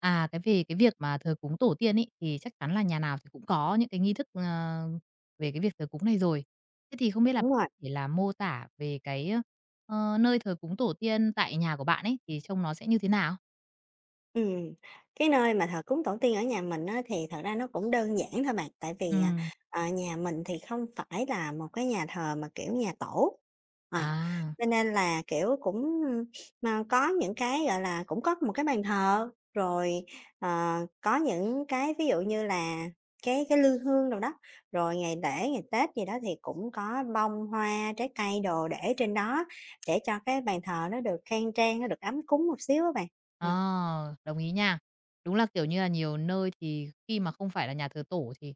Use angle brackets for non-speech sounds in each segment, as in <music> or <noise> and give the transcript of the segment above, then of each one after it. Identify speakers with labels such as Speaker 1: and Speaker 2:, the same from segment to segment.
Speaker 1: À, cái về cái việc mà thờ cúng tổ tiên ấy, thì chắc chắn là nhà nào thì cũng có những cái nghi thức, về cái việc thờ cúng này rồi. Thế thì không biết là
Speaker 2: Đúng rồi,
Speaker 1: để là mô tả về cái, nơi thờ cúng tổ tiên tại nhà của bạn ấy, thì trông nó sẽ như thế nào?
Speaker 2: ừm. Cái nơi mà thờ cúng tổ tiên ở nhà mình á, thì thật ra nó cũng đơn giản thôi bạn, tại vì,
Speaker 1: Ừm,
Speaker 2: nhà mình thì không phải là một cái nhà thờ mà kiểu nhà tổ, ờ,
Speaker 1: à.
Speaker 2: cho nên là, kiểu, cũng, có những cái, gọi là, cũng có một cái bàn thờ, rồi, có những cái ví dụ như là cái lư hương đâu đó, rồi ngày lễ, ngày Tết gì đó thì cũng có bông hoa, trái cây đồ để trên đó để cho cái bàn thờ nó được khang trang, nó được ấm cúng một xíu á bạn. Ừm.
Speaker 1: Ờ, đồng ý nha. Đúng là, kiểu như là, nhiều nơi thì khi mà không phải là nhà thờ tổ thì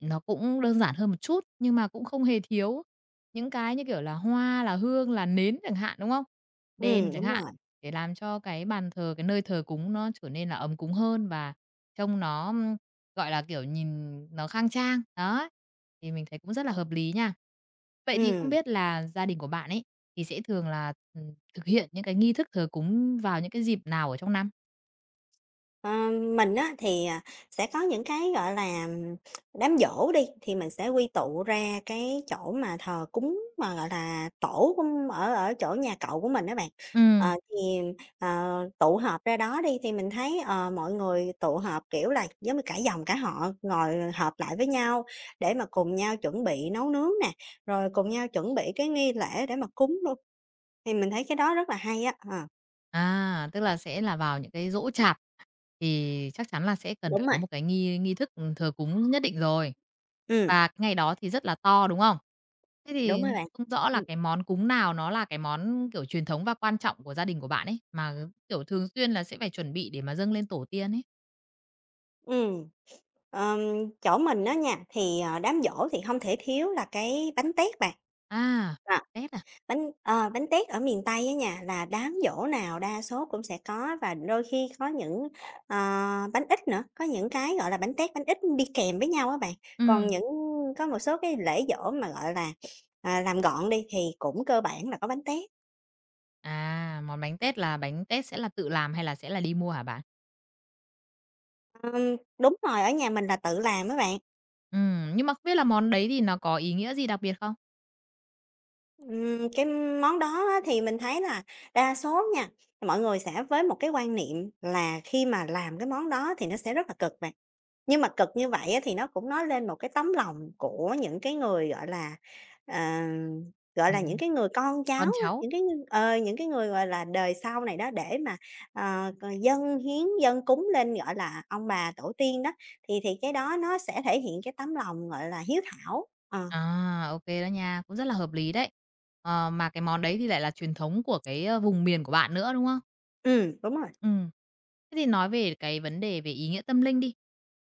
Speaker 1: nó cũng đơn giản hơn một chút, nhưng mà cũng không hề thiếu những cái như kiểu là hoa, là hương, là nến chẳng hạn, đúng không? Đèn
Speaker 2: Ừ,
Speaker 1: chẳng
Speaker 2: đúng
Speaker 1: hạn,
Speaker 2: rồi.
Speaker 1: để làm cho cái bàn thờ, cái nơi thờ cúng nó trở nên là ấm cúng hơn và trông nó gọi là, kiểu, nhìn nó khang trang, đó, thì mình thấy cũng rất là hợp lý nha. Vậy thì không
Speaker 2: Ừm,
Speaker 1: biết là gia đình của bạn ấy, thì sẽ thường là, thực hiện những cái nghi thức thờ cúng vào những cái dịp nào ở trong năm?
Speaker 2: ờ, mình á thì, sẽ có những cái, gọi là, đám giỗ đi, thì mình sẽ quy tụ ra cái chỗ mà thờ cúng mà, gọi là, tổ của m- ở ở chỗ nhà cậu của mình đó bạn.
Speaker 1: Ừm.
Speaker 2: Ờ, thì, tụ họp ra đó đi thì mình thấy, mọi người tụ họp, kiểu là, giống như cả dòng cả họ ngồi họp lại với nhau để mà cùng nhau chuẩn bị nấu nướng nè, rồi cùng nhau chuẩn bị cái nghi lễ để mà cúng luôn, thì mình thấy cái đó rất là hay á. Ờ,
Speaker 1: À, tức là sẽ là vào những cái giỗ chạp, thì chắc chắn là sẽ cần phải
Speaker 2: Đúng rồi.
Speaker 1: có một cái nghi nghi thức, ừ, thờ cúng nhất định rồi.
Speaker 2: Ừ.
Speaker 1: Và cái ngày đó thì rất là to, đúng không? Thế
Speaker 2: Đúng
Speaker 1: thì
Speaker 2: rồi bạn.
Speaker 1: không rõ là
Speaker 2: Ừ.
Speaker 1: cái món cúng nào nó là cái món, kiểu, truyền thống và quan trọng của gia đình của bạn ấy, mà, kiểu, thường xuyên là sẽ phải chuẩn bị để mà dâng lên tổ tiên ấy?
Speaker 2: Ừm, ờm, chỗ mình đó nha, thì, đám giỗ thì không thể thiếu là cái bánh tét bạn.
Speaker 1: À.
Speaker 2: À.
Speaker 1: Tết à?
Speaker 2: Bánh tét ở miền Tây á nha, là đám giỗ nào đa số cũng sẽ có và đôi khi có những, ờ, bánh ít nữa, có những cái, gọi là, bánh tét, bánh ít đi kèm với nhau á bạn. Còn
Speaker 1: Ừm,
Speaker 2: những có một số cái lễ giỗ mà, gọi là, làm gọn đi thì cũng cơ bản là có bánh tét.
Speaker 1: à, món bánh tết là bánh tết sẽ là tự làm hay là sẽ là đi mua hả bạn?
Speaker 2: Đúng rồi, ở nhà mình là tự làm á bạn.
Speaker 1: Nhưng mà không biết là món đấy thì nó có ý nghĩa gì đặc biệt không?
Speaker 2: Cái món đó á thì mình thấy là đa số nha, mọi người sẽ với một cái quan niệm là khi mà làm cái món đó thì nó sẽ rất là cực bạn. Nhưng mà cực như vậy á thì nó cũng nói lên một cái tấm lòng của những cái người, gọi là, à, gọi là, những
Speaker 1: Ừm,
Speaker 2: cái người con cháu
Speaker 1: con
Speaker 2: á,
Speaker 1: cháu.
Speaker 2: những cái người, gọi là, đời sau này đó để mà, ờ, c dâng hiến, dâng cúng lên, gọi là, ông bà tổ tiên đó, thì cái đó nó sẽ thể hiện cái tấm lòng, gọi là, hiếu thảo. Ờ,
Speaker 1: À, ok đó nha, cũng rất là hợp lý đấy. Ờ, mà cái món đấy thì lại là truyền thống của cái, ơ, vùng miền của bạn nữa, đúng không?
Speaker 2: ừm, đúng rồi,
Speaker 1: Ừ. Thế thì nói về cái vấn đề về ý nghĩa tâm linh đi,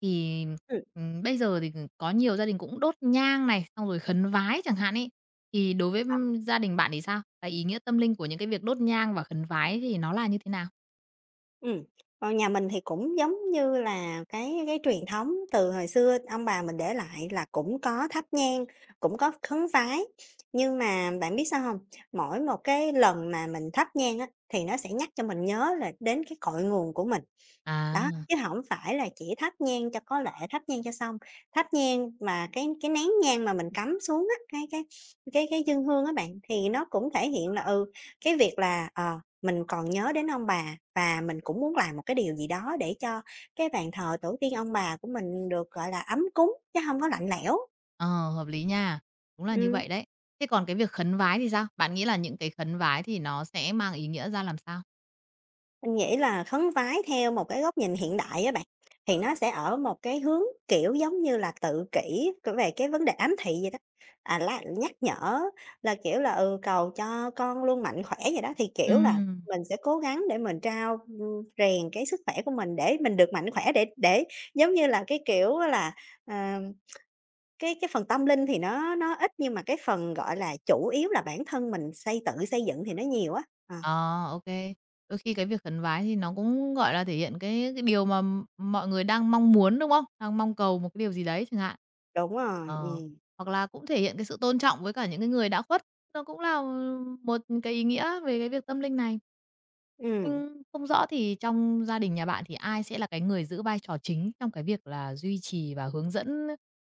Speaker 1: thì,
Speaker 2: ừm.
Speaker 1: bây giờ thì có nhiều gia đình cũng đốt nhang này, xong rồi khấn vái chẳng hạn ấy, thì đối với, gia đình bạn thì sao? Cái ý nghĩa tâm linh của những cái việc đốt nhang và khấn vái thì nó là như thế nào?
Speaker 2: Ừm, nhà mình thì cũng giống như là cái truyền thống từ hồi xưa ông bà mình để lại là cũng có thắp nhang, cũng có khấn vái. Nhưng mà bạn biết sao không? Mỗi một cái lần mà mình thắp nhang á, thì nó sẽ nhắc cho mình nhớ là đến cái cội nguồn của mình. Đó,
Speaker 1: À,
Speaker 2: chứ không phải là chỉ thắp nhang cho có lệ, thắp nhang cho xong, thắp nhang mà cái nén nhang mà mình cắm xuống á, cái dương hương á bạn, thì nó cũng thể hiện là, cái việc là, mình còn nhớ đến ông bà và mình cũng muốn làm một cái điều gì đó để cho cái bàn thờ tổ tiên ông bà của mình được, gọi là, ấm cúng chứ không có lạnh lẽo.
Speaker 1: ờ, hợp lý nha, đúng là như
Speaker 2: Ừm.
Speaker 1: vậy đấy. Thế còn cái việc khấn vái thì sao? Bạn nghĩ là những cái khấn vái thì nó sẽ mang ý nghĩa ra làm sao?
Speaker 2: Mình nghĩ là khấn vái theo một cái góc nhìn hiện đại á bạn, thì nó sẽ ở một cái hướng, kiểu, giống như là tự kỷ về cái vấn đề ám thị vậy đó, lá nhắc nhở là, kiểu là, cầu cho con luôn mạnh khỏe vậy đó. Thì, kiểu là,
Speaker 1: Ừm,
Speaker 2: mình sẽ cố gắng để mình rèn cái sức khỏe của mình để mình được mạnh khỏe để giống như là, cái kiểu là, ờ, cái phần tâm linh thì nó ít nhưng mà cái phần, gọi là, chủ yếu là bản thân mình tự xây dựng thì nó nhiều á. Ờ,
Speaker 1: ờ, ok. Đôi khi cái việc khấn vái thì nó cũng, gọi là, thể hiện cái điều mà mọi người đang mong muốn, đúng không? Đang mong cầu một cái điều gì đấy chẳng hạn.
Speaker 2: đúng rồi,
Speaker 1: Ờ, hoặc là cũng thể hiện cái sự tôn trọng với cả những cái người đã khuất, nó cũng là một cái ý nghĩa về cái việc tâm linh này.
Speaker 2: ừm.
Speaker 1: Không rõ thì trong gia đình nhà bạn thì ai sẽ là cái người giữ vai trò chính trong cái việc là duy trì và hướng dẫn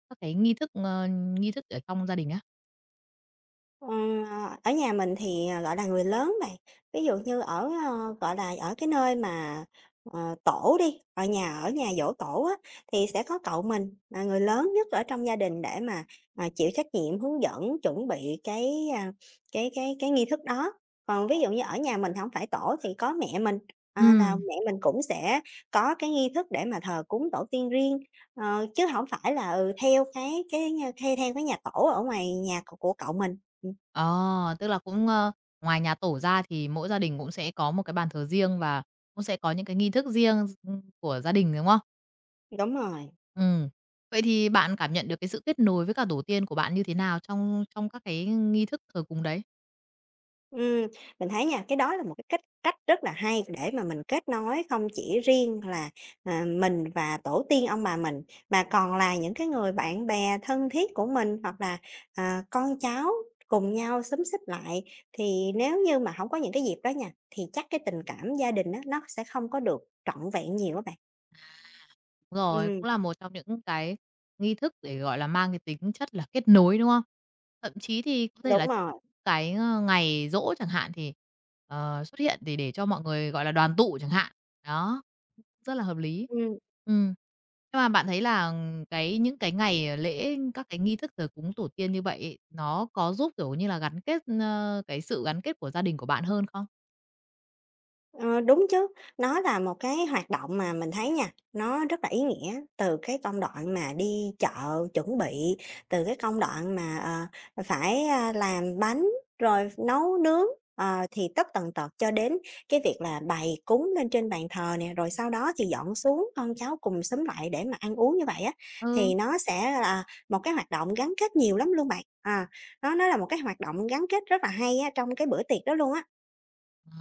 Speaker 1: các cái nghi thức, nghi thức ở trong gia đình á?
Speaker 2: Ờ, ở nhà mình thì, gọi là, người lớn này ví dụ như ở, gọi là, ở cái nơi mà, tổ đi, ở nhà giỗ tổ á, thì sẽ có cậu mình là người lớn nhất ở trong gia đình để mà, chịu trách nhiệm hướng dẫn, chuẩn bị cái, cái nghi thức đó. Còn ví dụ như ở nhà mình không phải tổ thì có mẹ mình, là
Speaker 1: Ừm.
Speaker 2: mẹ mình cũng sẽ có cái nghi thức để mà thờ cúng tổ tiên riêng, chứ không phải là, theo cái, theo theo cái nhà tổ ở ngoài nhà của cậu mình.
Speaker 1: Ờ, tức là cũng, ơ, ngoài nhà tổ ra thì mỗi gia đình cũng sẽ có một cái bàn thờ riêng và cũng sẽ có những cái nghi thức riêng của gia đình, đúng không?
Speaker 2: Đúng rồi.
Speaker 1: Ừ. Vậy thì bạn cảm nhận được cái sự kết nối với cả tổ tiên của bạn như thế nào trong trong các cái nghi thức thờ cúng đấy?
Speaker 2: Ừm, mình thấy nha, cái đó là một cái cách cách rất là hay để mà mình kết nối không chỉ riêng là, mình và tổ tiên ông bà mình, mà còn là những cái người bạn bè thân thiết của mình hoặc là, con cháu cùng nhau xúm xít lại. Thì nếu như mà không có những cái dịp đó nha, thì chắc cái tình cảm gia đình đó nó sẽ không có được trọn vẹn nhiều các bạn.
Speaker 1: Đúng rồi,
Speaker 2: Ừm,
Speaker 1: cũng là một trong những cái nghi thức để, gọi là, mang cái tính chất là kết nối, đúng không? Thậm chí thì có thể
Speaker 2: đúng
Speaker 1: là
Speaker 2: rồi.
Speaker 1: cái, ơ, ngày giỗ chẳng hạn thì, xuất hiện thì để cho mọi người, gọi là, đoàn tụ chẳng hạn. Đó, rất là hợp lý.
Speaker 2: Ừm.
Speaker 1: Ừ, nhưng mà bạn thấy là cái những cái ngày lễ, các cái nghi thức thờ cúng tổ tiên như vậy ấy, nó có giúp, kiểu như là, gắn kết, ơ, cái sự gắn kết của gia đình của bạn hơn không?
Speaker 2: Ờ, đúng chứ, nó là một cái hoạt động mà mình thấy nha, nó rất là ý nghĩa, từ cái công đoạn mà đi chợ chuẩn bị, từ cái công đoạn mà, phải, làm bánh, rồi nấu nướng, thì tất tần tật cho đến cái việc là bày cúng lên trên bàn thờ nè, rồi sau đó thì dọn xuống con cháu cùng xúm lại để mà ăn uống như vậy á,
Speaker 1: Ừ.
Speaker 2: thì nó sẽ là một cái hoạt động gắn kết nhiều lắm luôn bạn. Nó là một cái hoạt động gắn kết rất là hay á trong cái bữa tiệc đó luôn á.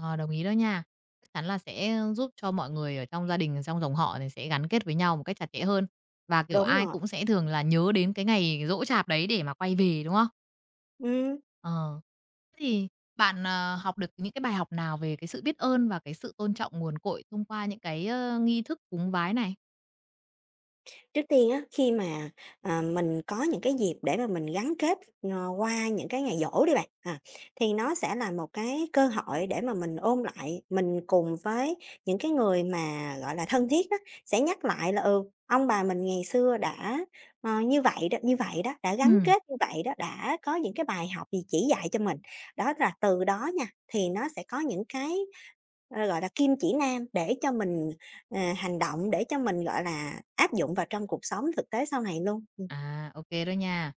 Speaker 1: Ờ, đồng ý đó nha. Chắc chắn là sẽ giúp cho mọi người ở trong gia đình, trong dòng họ thì sẽ gắn kết với nhau một cách chặt chẽ hơn. Và, kiểu,
Speaker 2: Đúng
Speaker 1: ai
Speaker 2: rồi,
Speaker 1: cũng sẽ thường là nhớ đến cái ngày giỗ chạp đấy để mà quay về, đúng không?
Speaker 2: ừm.
Speaker 1: Ờ. Thế thì bạn, học được những cái bài học nào về cái sự biết ơn và cái sự tôn trọng nguồn cội thông qua những cái, nghi thức cúng vái này?
Speaker 2: Trước tiên á, khi mà, mình có những cái dịp để mà mình gắn kết, qua những cái ngày giỗ đi bạn, thì nó sẽ là một cái cơ hội để mà mình ôn lại, mình cùng với những cái người mà, gọi là, thân thiết đó, sẽ nhắc lại là, ông bà mình ngày xưa đã, như vậy đó, đã gắn
Speaker 1: Ừm.
Speaker 2: kết như vậy đó, đã có những cái bài học gì chỉ dạy cho mình. Đó là từ đó nha, thì nó sẽ có những cái, gọi là, kim chỉ nam để cho mình. Hành động để cho mình, gọi là, áp dụng vào trong cuộc sống thực tế sau này luôn. Ừm.
Speaker 1: À, ok đó nha.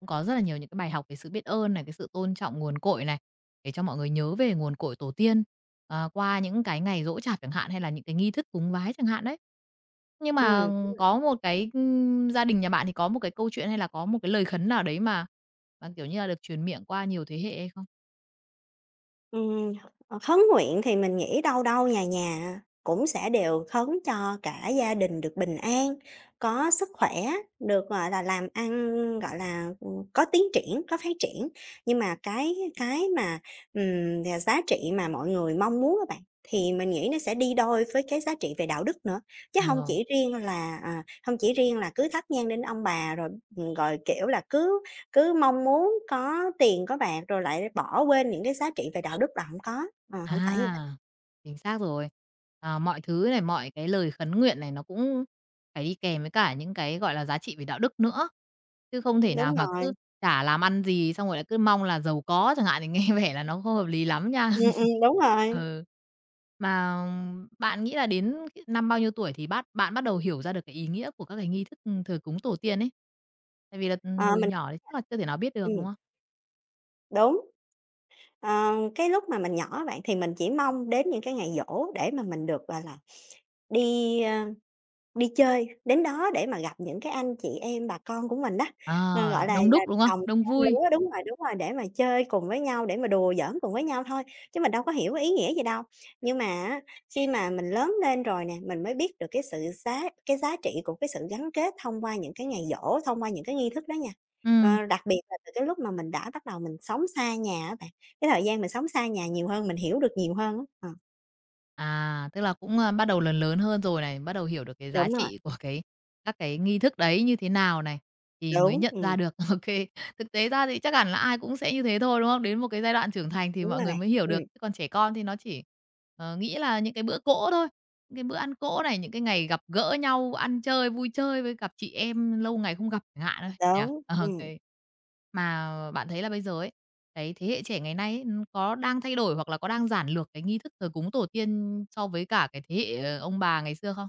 Speaker 1: Cũng có rất là nhiều những cái bài học về sự biết ơn này, cái sự tôn trọng nguồn cội này, để cho mọi người nhớ về nguồn cội tổ tiên, qua những cái ngày giỗ chạp chẳng hạn, hay là những cái nghi thức cúng vái chẳng hạn đấy. Nhưng mà
Speaker 2: Ừm,
Speaker 1: có một cái, gia đình nhà bạn thì có một cái câu chuyện hay là có một cái lời khấn nào đấy mà, kiểu như là, được truyền miệng qua nhiều thế hệ hay không?
Speaker 2: Ừm, khấn nguyện thì mình nghĩ đâu đâu nhà nhà cũng sẽ đều khấn cho cả gia đình được bình an, có sức khỏe, được, gọi là, làm ăn, gọi là, có tiến triển, có phát triển. Nhưng mà cái mà, giá trị mà mọi người mong muốn các bạn, thì mình nghĩ nó sẽ đi đôi với cái giá trị về đạo đức nữa, chứ không
Speaker 1: Ờ.
Speaker 2: chỉ riêng là, hông chỉ riêng là cứ thắp nhang đến ông bà rồi, rồi, kiểu là, cứ cứ mong muốn có tiền, có bạc rồi lại bỏ quên những cái giá trị về đạo đức là hổng có, hổng phải như vậy.
Speaker 1: À, chính xác rồi. À, mọi thứ này, mọi cái lời khấn nguyện này nó cũng phải đi kèm với cả những cái, gọi là, giá trị về đạo đức nữa, chứ không thể
Speaker 2: Đúng
Speaker 1: nào mà
Speaker 2: rồi,
Speaker 1: cứ chả làm ăn gì xong rồi lại cứ mong là giàu có chẳng hạn thì nghe <laughs> vẻ là nó không hợp lý lắm nha. <laughs>
Speaker 2: đúng rồi.
Speaker 1: Ừ. Mà bạn nghĩ là đến cái năm bao nhiêu tuổi thì bạn bắt đầu hiểu ra được cái ý nghĩa của các cái nghi thức, ừ, thờ cúng tổ tiên ấy? Tại vì là,
Speaker 2: Ờ,
Speaker 1: hồi
Speaker 2: mình
Speaker 1: nhỏ thì chắc là chưa thể nào biết được, đúng
Speaker 2: Ừm,
Speaker 1: không?
Speaker 2: đúng. Cái lúc mà mình nhỏ á bạn, thì mình chỉ mong đến những cái ngày giỗ để mà mình được, gọi là, đi, ơ Đi chơi, đến đó để mà gặp những cái anh chị em, bà con của mình đó,
Speaker 1: À,
Speaker 2: gọi là,
Speaker 1: đông đúc, đúng không?
Speaker 2: đồng
Speaker 1: Đông
Speaker 2: trang
Speaker 1: vui.
Speaker 2: lứa đúng rồi, để mà chơi cùng với nhau, để mà đùa giỡn cùng với nhau thôi, chứ mình đâu có hiểu cái ý nghĩa gì đâu. Nhưng mà á, khi mà mình lớn lên rồi nè, mình mới biết được cái giá trị của cái sự gắn kết thông qua những cái ngày giỗ, thông qua những cái nghi thức đó nha.
Speaker 1: Ừ.
Speaker 2: Đặc biệt là từ cái lúc mà mình đã bắt đầu mình sống xa nhà á bạn, cái thời gian mình sống xa nhà nhiều hơn, mình hiểu được nhiều hơn á. Ờ,
Speaker 1: À, tức là cũng, a, bắt đầu lớn lớn hơn rồi này, bắt đầu hiểu được cái giá
Speaker 2: đúng rồi,
Speaker 1: trị của các cái nghi thức đấy như thế nào này, thì mới
Speaker 2: đúng,
Speaker 1: nhận ra được. <laughs> Ok, thực tế ra thì chắc hẳn là ai cũng sẽ như thế thôi, đúng không? Đến một cái giai đoạn trưởng thành thì
Speaker 2: đúng
Speaker 1: mọi
Speaker 2: rồi
Speaker 1: người
Speaker 2: bạn,
Speaker 1: mới hiểu
Speaker 2: ừm,
Speaker 1: được, chứ còn trẻ con thì nó chỉ nghĩ là những cái bữa cỗ thôi, những cái bữa ăn cỗ này, những cái ngày gặp gỡ nhau, ăn chơi, vui chơi với gặp chị em lâu ngày không gặp chẳng hạn thôi, nhỉ? <laughs>
Speaker 2: đúng,
Speaker 1: Ờ, ô.
Speaker 2: ừm.
Speaker 1: Mà bạn thấy là bây giờ ấy, đấy, thế hệ trẻ ngày nay ấy, có đang thay đổi hoặc là có đang giản lược cái nghi thức thờ cúng tổ tiên so với cả cái thế hệ, ông bà ngày xưa không?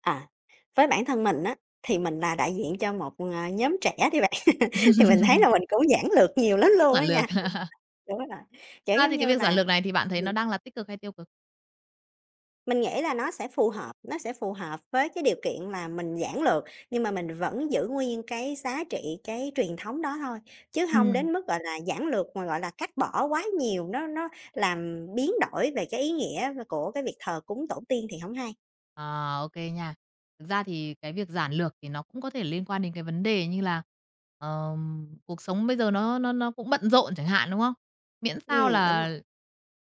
Speaker 2: À, với bản thân mình á, thì mình là đại diện cho một, nhóm trẻ đi bạn, <laughs> thì mình thấy là mình cũng giản lược nhiều lắm luôn
Speaker 1: Giản
Speaker 2: á nha.
Speaker 1: lược. <laughs>
Speaker 2: Đúng rồi, kiểu,
Speaker 1: Thực ra
Speaker 2: giống
Speaker 1: thì cái
Speaker 2: như
Speaker 1: việc giản
Speaker 2: là,
Speaker 1: lược này thì bạn thấy
Speaker 2: ừm,
Speaker 1: nó đang là tích cực hay tiêu cực?
Speaker 2: mình nghĩ là nó sẽ phù hợp, nó sẽ phù hợp với cái điều kiện là mình giản lược, nhưng mà mình vẫn giữ nguyên cái giá trị, cái truyền thống đó thôi, chứ
Speaker 1: Ừ.
Speaker 2: không đến mức, gọi là, giản lược mà, gọi là, cắt bỏ quá nhiều, nó làm biến đổi về cái ý nghĩa của cái việc thờ cúng tổ tiên thì không hay.
Speaker 1: À, ô nha. Thực ra thì cái việc giản lược thì nó cũng có thể liên quan đến cái vấn đề như là, cuộc sống bây giờ nó cũng bận rộn chẳng hạn, đúng không? Miễn sao
Speaker 2: Ừ đúng rồi,
Speaker 1: là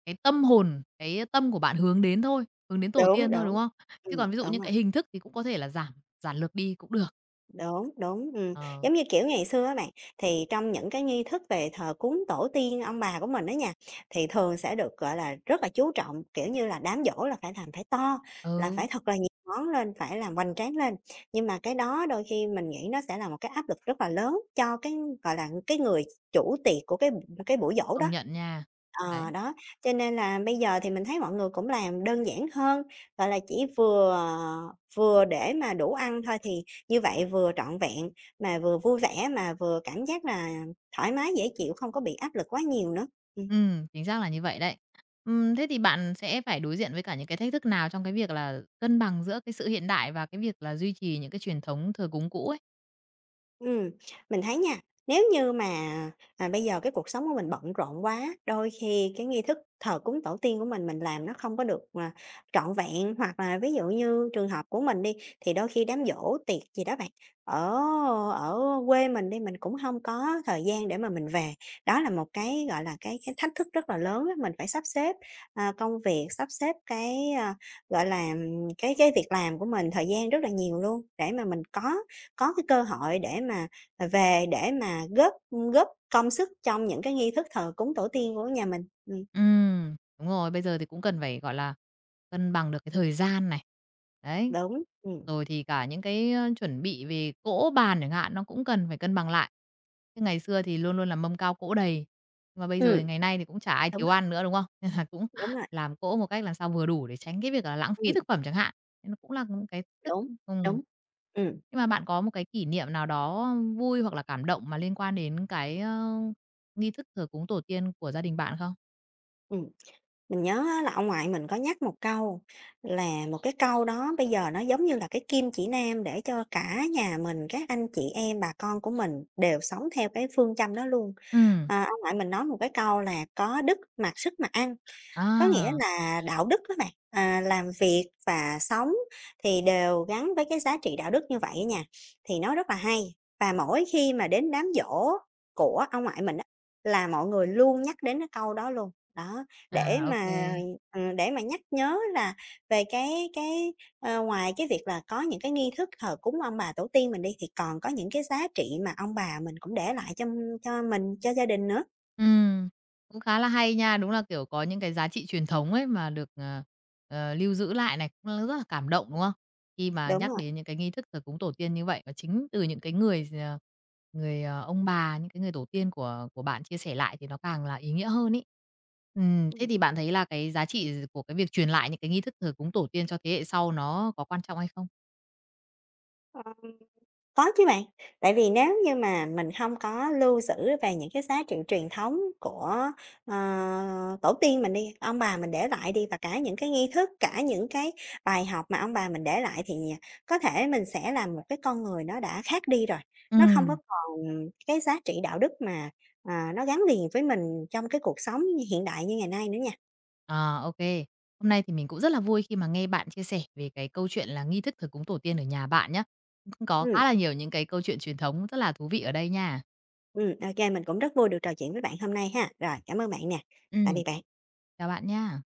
Speaker 1: cái tâm hồn, cái tâm của bạn hướng đến thôi, hướng đến tổ
Speaker 2: đúng,
Speaker 1: tiên thôi,
Speaker 2: đúng.
Speaker 1: đúng không? Chứ
Speaker 2: Ừ
Speaker 1: còn ví dụ
Speaker 2: đúng
Speaker 1: như
Speaker 2: rồi.
Speaker 1: cái hình thức thì cũng có thể là giản lược đi cũng được.
Speaker 2: Đúng, đúng.
Speaker 1: Ờ,
Speaker 2: Giống như, kiểu, ngày xưa á bạn, thì trong những cái nghi thức về thờ cúng tổ tiên ông bà của mình đó nha, thì thường sẽ được, gọi là, rất là chú trọng, kiểu như là, đám giỗ là phải làm phải to, là
Speaker 1: ừ,
Speaker 2: phải thật là nhiều món lên, phải làm hoành tráng lên. Nhưng mà cái đó đôi khi mình nghĩ nó sẽ là một cái áp lực rất là lớn cho cái, gọi là, cái người chủ tiệc của cái buổi giỗ đó.
Speaker 1: công nhận nha.
Speaker 2: Ờ,
Speaker 1: Đấy.
Speaker 2: đó, cho nên là bây giờ thì mình thấy mọi người cũng làm đơn giản hơn, gọi là, chỉ vừa vừa để mà đủ ăn thôi, thì như vậy vừa trọn vẹn, mà vừa vui vẻ, mà vừa cảm giác là thoải mái, dễ chịu, không có bị áp lực quá nhiều nữa. Ừm.
Speaker 1: Chính xác là như vậy đấy. Thế thì bạn sẽ phải đối diện với cả những cái thách thức nào trong cái việc là cân bằng giữa cái sự hiện đại và cái việc là duy trì những cái truyền thống thờ cúng cũ ấy?
Speaker 2: Ừm, mình thấy nha, nếu như mà, bây giờ cái cuộc sống của mình bận rộn quá, đôi khi cái nghi thức thờ cúng tổ tiên của mình làm nó không có được, trọn vẹn, hoặc là ví dụ như trường hợp của mình đi, thì đôi khi đám giỗ, tiệc gì đó bạn, ở ở quê mình đi, mình cũng không có thời gian để mà mình về. Đó là một cái, gọi là, cái thách thức rất là lớn á, mình phải sắp xếp, công việc, sắp xếp cái, cái việc làm của mình, thời gian rất là nhiều luôn để mà mình có cái cơ hội để mà, về để mà góp góp công sức trong những cái nghi thức thờ cúng tổ tiên của nhà mình.
Speaker 1: Đúng rồi, bây giờ thì cũng cần phải, gọi là, cân bằng được cái thời gian này. Đấy,
Speaker 2: Đúng,
Speaker 1: rồi thì cả những cái, chuẩn bị về cỗ bàn chẳng hạn, nó cũng cần phải cân bằng lại. Chứ ngày xưa thì luôn luôn là mâm cao cỗ đầy, nhưng mà bây giờ
Speaker 2: ừm,
Speaker 1: thì ngày nay thì cũng chả ai
Speaker 2: đúng,
Speaker 1: thiếu ăn nữa, đúng không? <laughs> Nên là cũng
Speaker 2: đúng rồi,
Speaker 1: làm cỗ một cách làm sao vừa đủ để tránh cái việc là lãng phí
Speaker 2: ừm,
Speaker 1: thực phẩm chẳng hạn, nên nó cũng là những cái thức
Speaker 2: đúng,
Speaker 1: ừm.
Speaker 2: đúng. Ừm,
Speaker 1: Nhưng mà bạn có một cái kỷ niệm nào đó vui hoặc là cảm động mà liên quan đến cái, nghi thức thờ cúng tổ tiên của gia đình bạn không?
Speaker 2: ừm, mình nhớ á là ông ngoại mình có nhắc một câu là một cái câu đó bây giờ nó giống như là cái kim chỉ nam để cho cả nhà mình, các anh chị em, bà con của mình đều sống theo cái phương châm đó luôn.
Speaker 1: Ừm,
Speaker 2: À, ông ngoại mình nói một cái câu là "Có đức mặc sức mà ăn." Có nghĩa
Speaker 1: à,
Speaker 2: là đạo đức á bạn, à, làm việc và sống thì đều gắn với cái giá trị đạo đức như vậy á nha, thì nó rất là hay. Và mỗi khi mà đến đám giỗ của ông ngoại mình á, là mọi người luôn nhắc đến cái câu đó luôn. Đó,
Speaker 1: à,
Speaker 2: để
Speaker 1: ô kê.
Speaker 2: mà, để mà nhắc nhớ là về cái, ờ, ngoài cái việc là có những cái nghi thức thờ cúng ông bà tổ tiên mình đi, thì còn có những cái giá trị mà ông bà mình cũng để lại cho mình, cho gia đình nữa.
Speaker 1: Ừm, cũng khá là hay nha. Đúng là, kiểu, có những cái giá trị truyền thống ấy mà được, lưu giữ lại này, cũng là rất là cảm động, đúng không? Khi mà
Speaker 2: Đúng
Speaker 1: nhắc
Speaker 2: rồi,
Speaker 1: đến những cái nghi thức thờ cúng tổ tiên như vậy, và chính từ những cái người, ông bà, những cái người tổ tiên của bạn chia sẻ lại thì nó càng là ý nghĩa hơn ấy. Thế
Speaker 2: ừm.
Speaker 1: thì bạn thấy là cái giá trị của cái việc truyền lại những cái nghi thức thờ cúng tổ tiên cho thế hệ sau nó có quan trọng hay không?
Speaker 2: Ờ. Có chứ bạn, tại vì nếu như mà mình không có lưu giữ về những cái giá trị truyền thống của, ờ, tổ tiên mình đi, ông bà mình để lại đi, và cả những cái nghi thức, cả những cái bài học mà ông bà mình để lại thì có thể mình sẽ là một cái con người nó đã khác đi rồi. Nó không có
Speaker 1: Ừm.
Speaker 2: còn cái giá trị đạo đức mà, à, nó gắn liền với mình trong cái cuộc sống hiện đại như ngày nay nữa nha.
Speaker 1: À, OK. Hôm nay thì mình cũng rất là vui khi mà nghe bạn chia sẻ về cái câu chuyện là nghi thức thờ cúng tổ tiên ở nhà bạn nhé. Cũng có
Speaker 2: Ừ,
Speaker 1: khá là nhiều những cái câu chuyện truyền thống rất là thú vị ở đây nha.
Speaker 2: ừ. Ô kê, mình cũng rất vui được trò chuyện với bạn hôm nay ha. Rồi, cảm ơn bạn nè, tạm
Speaker 1: Ừm,
Speaker 2: biệt bạn.
Speaker 1: chào bạn nha.